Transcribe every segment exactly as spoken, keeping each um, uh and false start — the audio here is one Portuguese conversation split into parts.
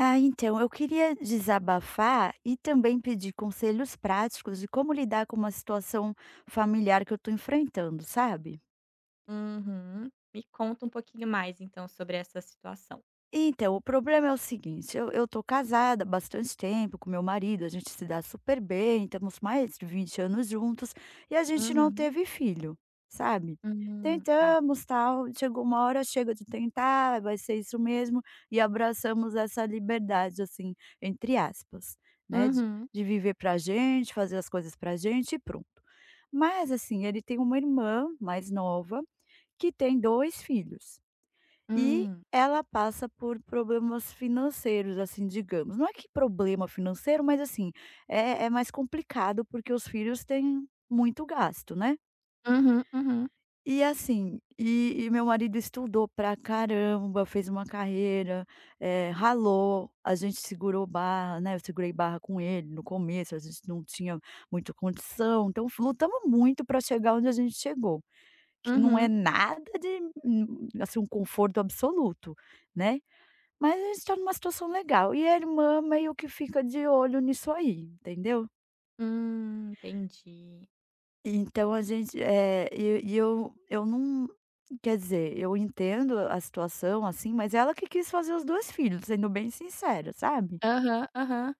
Ah, então, eu queria desabafar e também pedir conselhos práticos de como lidar com uma situação familiar que eu estou enfrentando, sabe? Uhum. Me conta um pouquinho mais então sobre essa situação. Então, o problema é o seguinte, eu eu tô casada há bastante tempo com meu marido, a gente se dá super bem, estamos mais de vinte anos juntos e a gente não Uhum. teve filho, sabe. Hum. Tá. Tentamos, tal, chegou uma hora, chega de tentar, vai ser isso mesmo, e abraçamos essa liberdade, assim, entre aspas, né, de Uhum. de viver pra gente, fazer as coisas pra gente e pronto. Mas, assim, ele tem uma irmã mais nova que tem dois filhos. E Hum. ela passa por problemas financeiros, assim, digamos. Não é que problema financeiro, mas assim, é é mais complicado, porque os filhos têm muito gasto, né. Uhum, uhum, E assim, e e meu marido estudou pra caramba, fez uma carreira, eh, ralou, a gente segurou barra, né, eu segurei barra com ele no começo, a gente não tinha muita condição, então f lutamos muito para chegar onde a gente chegou, que não é uhum. nada de, hum, assim, um conforto absoluto, né. Mas a gente tá numa situação legal, e a irmã meio que fica de olho nisso aí, entendeu. Hum, entendi. Então a gente, eh, e e eu eu não quer dizer, eu entendo a situação, assim, mas ela que quis fazer os dois filhos, sendo bem sincera, sabe. Aham, aham.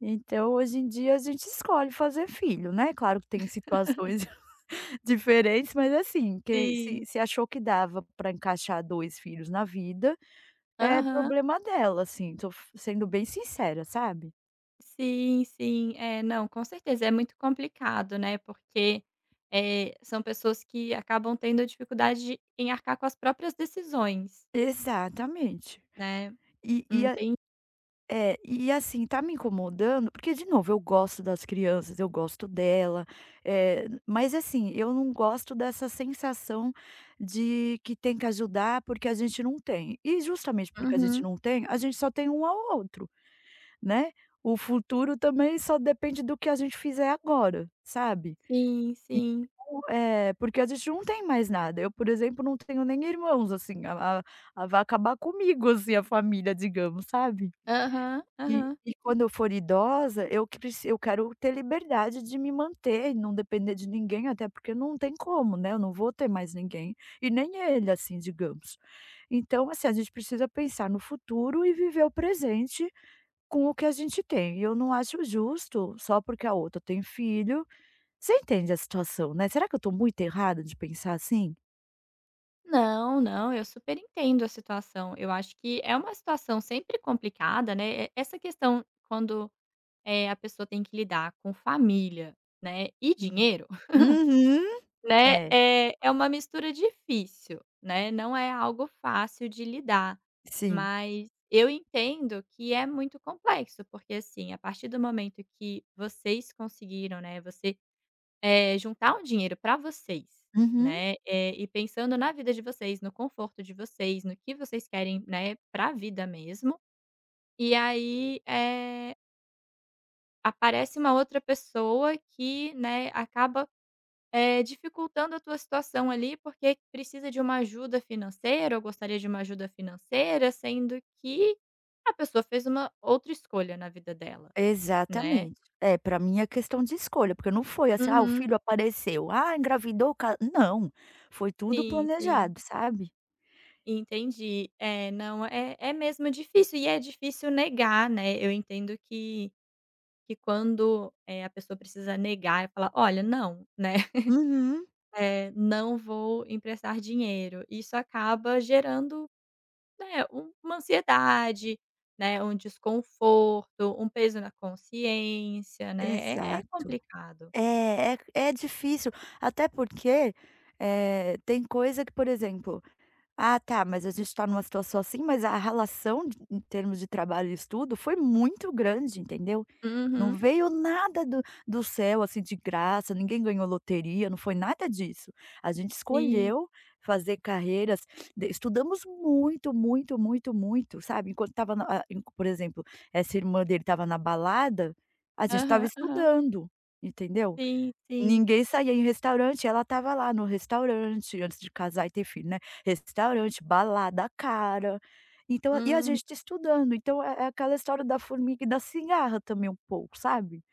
Então hoje em dia a gente escolhe fazer filho, né, claro que tem situações diferentes, mas assim, que se Sim. se achou que dava para encaixar dois filhos na vida, é Aham. problema dela, assim, tô f sendo bem sincera, sabe. Sim, sim. É, não, com certeza, é muito complicado, né, porque, eh, são pessoas que acabam tendo dificuldade em arcar com as próprias decisões, Exatamente. né. E e a Entendi. é, e assim, tá me incomodando, porque de novo, eu gosto das crianças, eu gosto dela, eh, mas assim, eu não gosto dessa sensação de que tem que ajudar, porque a gente não tem. E justamente porque a gente Uhum. não tem, a gente só tem um ao outro, né. O futuro também só depende do que a gente fizer agora, sabe. Sim, sim. É, porque a gente não tem mais nada. Eu, por exemplo, não tenho nem irmãos, assim, a a a vai acabar comigo, assim, a família, digamos, sabe. Aham, E aham. e quando eu for idosa, eu que preci eu quero ter liberdade de me manter não depender de ninguém, até porque não tem como, né, eu não vou ter mais ninguém, e nem ele, assim, digamos. Então, assim, a gente precisa pensar no futuro e viver o presente com o que a gente tem. E eu não acho justo, só porque a outra tem filho você entende a situação, né. Será que eu estou muito errada de pensar assim? Não, não, eu super entendo a situação. Eu acho que é uma situação sempre complicada, né. E essa questão quando, eh, a pessoa tem que lidar com família, né, e Hum. dinheiro, Uhum. né, É. eh, é uma mistura difícil, né, não é algo fácil de lidar. Sim. Mas eu entendo que é muito complexo, porque, assim, a partir do momento que vocês conseguiram, né, você eh, juntar um dinheiro para vocês, Uhum. né, eh, e pensando na vida de vocês, no conforto de vocês, no que vocês querem, né, para a vida mesmo. E aí, eh, aparece uma outra pessoa que, né, acaba, eh, dificultando a tua situação ali, porque precisa de uma ajuda financeira ou gostaria de uma ajuda financeira, sendo que a pessoa fez uma outra escolha na vida dela, né. Exatamente. É, pra mim é questão de escolha, porque não foi assim: "Ah, o Uhum. filho apareceu. Ah, engravidou, o ca" não, foi tudo Sim, sim. planejado, sabe? Entendi. É, não, é é mesmo difícil e é difícil negar, né, eu entendo que que quando, eh, a pessoa precisa negar e falar: "Olha, não", né, Uhum. eh, "Não vou emprestar dinheiro", isso acaba gerando, né, um uma ansiedade, né, um desconforto, um peso na consciência, né, é é Exato. complicado. É, é é difícil, até porque, eh, tem coisa que, por exemplo Ah tá, mas a gente está numa situação assim, mas a relação de em termos de trabalho e estudo foi muito grande, entendeu. Não Uhum. veio nada do do céu, assim, de graça, ninguém ganhou loteria, não foi nada disso. A gente Sim. escolheu fazer carreiras de estudamos muito, muito, muito, muito, sabe. Enquanto estava por exemplo, essa irmã dele estava na balada, a gente estava Aham, aham. estudando, entendeu. Sim, sim. Ninguém saía em restaurante, ela estava lá no restaurante, antes de casar e ter filho, né, restaurante, balada cara, então e a Hum, gente estudando, então é é aquela história da formiga e da cigarra também um pouco, sabe?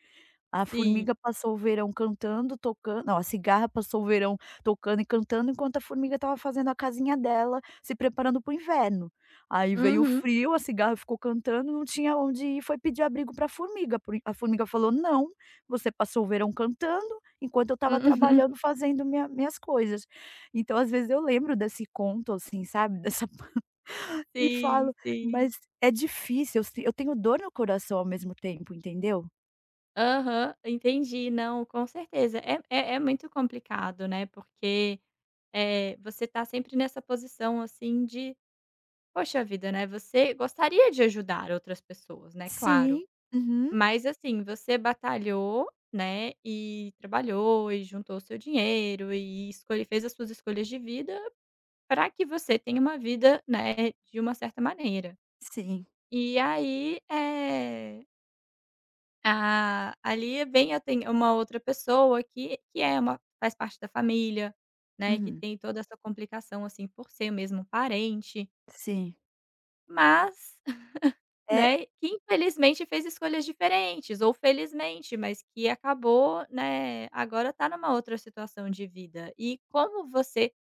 A sim. formiga passou o verão cantando, tocando não, a cigarra passou o verão tocando e cantando, enquanto a formiga estava fazendo a casinha dela, se preparando para o inverno. Aí veio o Uhum. frio, a cigarra ficou cantando, não tinha onde ir, foi pedir abrigo para a formiga, por a formiga falou: "Não, você passou o verão cantando, enquanto eu estava Uhum. trabalhando fazendo minha minhas coisas". Então, às vezes eu lembro desse conto, assim, sabe, dessa e Sim, falo: "Mas sim. é difícil, eu si eu tenho dor no coração ao mesmo tempo", entendeu? Aham, entendi. Não, com certeza. É é é muito complicado, né, porque, é você tá sempre nessa posição, assim, de poxa vida, né, você gostaria de ajudar outras pessoas, né, claro. Sim. Uhum. Mas, assim, você batalhou, né, e trabalhou e juntou o seu dinheiro e escolhe fez as suas escolhas de vida para que você tenha uma vida, né, de uma certa maneira. Sim, E aí, é Ah, ali é bem aten uma outra pessoa que que é uma faz parte da família, né, que uhum, tem toda essa complicação, assim, por ser mesmo parente, sim. mas, É né, que infelizmente fez escolhas diferentes ou felizmente, mas que acabou, né, agora tá numa outra situação de vida. E como você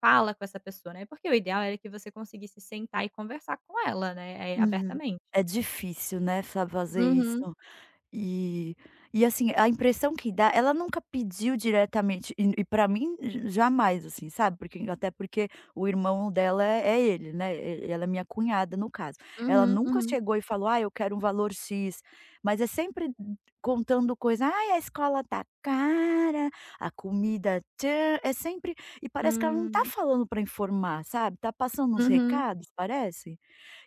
fala com essa pessoa, né, porque o ideal era que você conseguisse sentar e conversar com ela, né, eh, uhum. abertamente. É difícil, né, fa fazer isso. Uhum, E e assim, a impressão que dá ela nunca pediu diretamente e e pra mim j jamais, assim, sabe, porque até porque o irmão dela é é ele, né, e ela é minha cunhada, no caso. Ela uhum, nunca uhum. chegou e falou: "Ah, eu quero um valor X", mas é sempre contando coisa: "Ai, a escola tá cara, a comida tchan", é sempre e parece que ela não tá Hum. falando para informar, sabe, tá passando uns Uhum. recados, parece.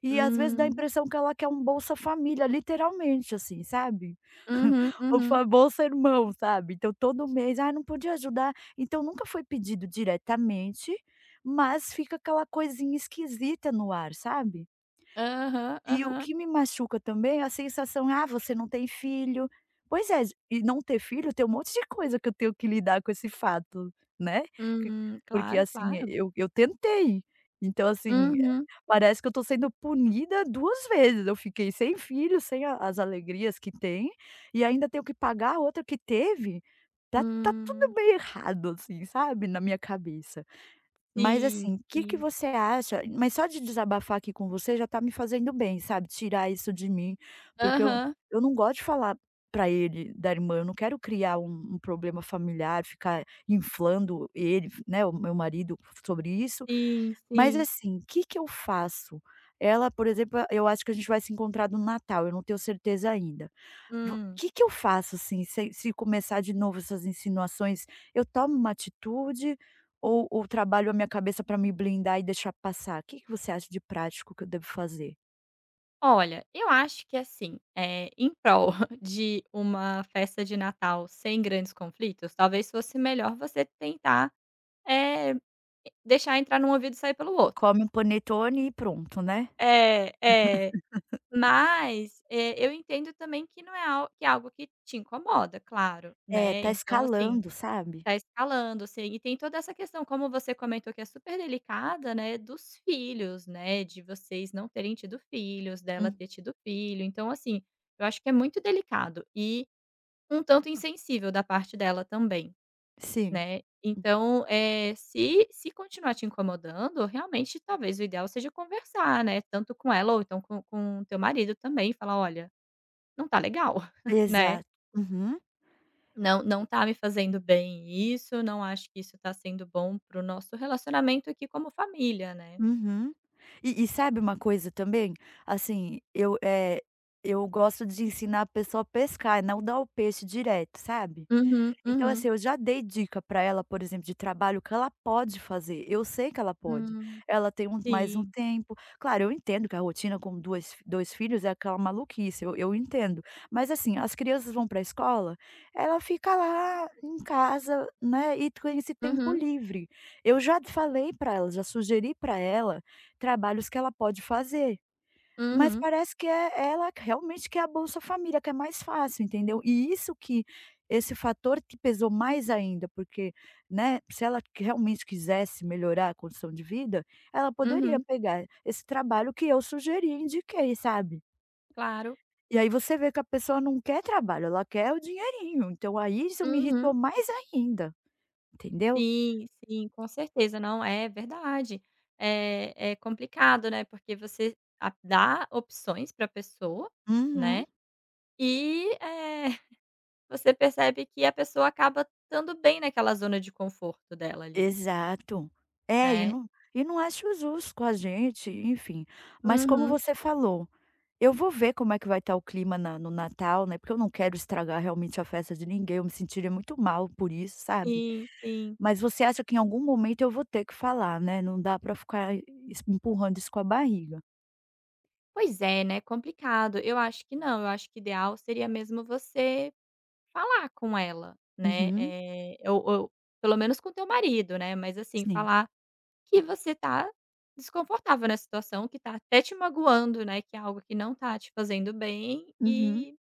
E às vezes dá a Hum. impressão que ela quer um Bolsa Família, literalmente, assim, sabe. Uhum, O uhum. famoso sermão, sabe. Então todo mês: ah não podia ajudar". Então nunca foi pedido diretamente, mas fica aquela coisinha esquisita no ar, sabe. Aham, E o aham. que me machuca também é a sensação: "Ah, você não tem filho". Pois é, e não ter filho tem um monte de coisa que eu tenho que lidar com esse fato, né, que Hum, porque, claro, assim, claro. eu eu tentei, então, assim, eh, Uhum. parece que eu tô sendo punida duas vezes, eu fiquei sem filho, sem a as alegrias que tem, e ainda tenho que pagar a outra que teve, tá tá tudo Hum. meio errado, assim, sabe, na minha cabeça. Mas Sim, assim, o que que sim. você acha mas só de desabafar aqui com você já tá me fazendo bem, sabe, tirar isso de mim, porque eu Aham. eu não gosto de falar pra ele da irmã, eu não quero criar um um problema familiar, ficar inflando ele, né, o meu marido sobre isso. Sim, Mas sim. assim, o que que eu faço? Ela, por exemplo, eu acho que a gente vai se encontrar no Natal, eu não tenho certeza ainda. Vo o Hum. que que eu faço, assim, se se começar de novo essas insinuações, eu tomo uma atitude ou ou trabalho a minha cabeça para me blindar e deixar passar? O Que que você acha de prático que eu devo fazer? Olha, eu acho que assim, eh, em prol de uma festa de Natal sem grandes conflitos, talvez fosse melhor você tentar, eh, deixar entrar num ouvido e sair pelo outro. Come um panetone e pronto, né? É, é. Mas, eh, eu entendo também que não é al que é algo que te incomoda, claro, É, né, tá então assim. escalando, sabe? Tá escalando, sim. E tem toda essa questão, como você comentou, que é super delicada, né, dos filhos, né, de vocês não terem tido filhos, dela Hum, ter tido filho. Então, assim, eu acho que é muito delicado e um tanto insensível da parte dela também, sim. né. Então, é se se continuar te incomodando, realmente, talvez o ideal seja conversar, né, tanto com ela ou então com com o teu marido também, falar: "Olha, não tá legal", né. Exato. Uhum. Não, não tá me fazendo bem isso, não acho que isso tá sendo bom para o nosso relacionamento aqui como família, né. Uhum. E e sabe uma coisa também? Assim, eu, é eu gosto de ensinar a pessoa a pescar, não dar o peixe direto, sabe? Uhum, Então, uhum. assim, eu já dei dica para ela, por exemplo, de trabalho que ela pode fazer, eu sei que ela pode. Hum. Ela tem um mais um Sim. tempo claro, eu entendo que a rotina com duas fi dois filhos é aquela maluquice, eu eu entendo. Mas, assim, as crianças vão para a escola, ela fica lá em casa, né, e com esse tempo Uhum, livre. Eu já falei para ela, já sugeri para ela trabalhos que ela pode fazer. Mas uhum, parece que é ela que realmente quer a Bolsa Família, que é mais fácil, entendeu. E isso que esse fator que pesou mais ainda, porque, né, se ela que realmente quisesse melhorar a condição de vida, ela poderia uhum. pegar esse trabalho que eu sugeri e indiquei, sabe. Claro. E aí você vê que a pessoa não quer trabalho, ela quer o dinheirinho, então aí isso me irritou Uhum. mais ainda, entendeu. Sim, sim, com certeza. Não, é verdade. É é complicado, né, porque você a dá opções pra pessoa, Uhum, né, e, eh, você percebe que a pessoa acaba estando bem naquela zona de conforto dela ali, exato. É, e né. não e não acho justo com a gente, enfim. Mas como Uhum. você falou Eu vou ver como é que vai estar o clima na no Natal, né, porque eu não quero estragar realmente a festa de ninguém, eu me sentiria muito mal por isso, sabe. Sim, sim. Mas você acha que em algum momento eu vou ter que falar, né, não dá pra ficar es empurrando isso com a barriga. Pois é, né, complicado. Eu acho que não, eu acho que ideal seria mesmo você falar com ela, né, Uhum, eh, ou ou pelo menos com teu marido, né, mas assim, sim. falar que você tá desconfortável na situação, que tá até te magoando, né, que é algo que não tá te fazendo bem Uhum. e,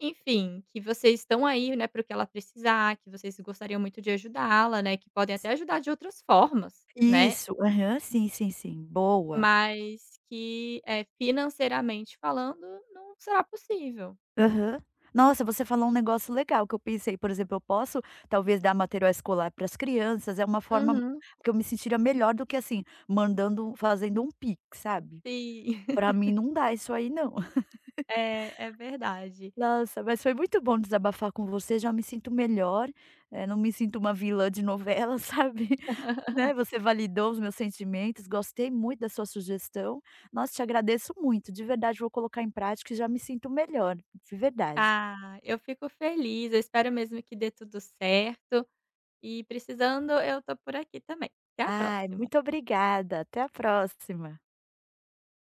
enfim, que vocês estão aí, né, para o que ela precisar, que vocês gostariam muito de ajudá-la, né, que podem Si até ajudar de outras formas, né. Isso, aham, sim, sim, sim, boa. Mas que, é financeiramente falando, não será possível. Aham. Nossa, você falou um negócio legal que eu pensei, por exemplo, eu posso talvez dar material escolar para as crianças, é uma forma Uhum. que eu me sentiria melhor do que, assim, mandando fazendo um pix, sabe. Sim, Pra mim não dá isso aí não. é é verdade. Nossa, mas foi muito bom desabafar com você, já me sinto melhor, eh, não me sinto uma vilã de novela, sabe, né, você validou os meus sentimentos, gostei muito da sua sugestão. Nossa, te agradeço muito, de verdade, vou colocar em prática e já me sinto melhor, de verdade. Ah, eu fico feliz, eu espero mesmo que dê tudo certo e precisando eu tô por aqui também. Até a Ai, próxima. muito obrigada, até a próxima.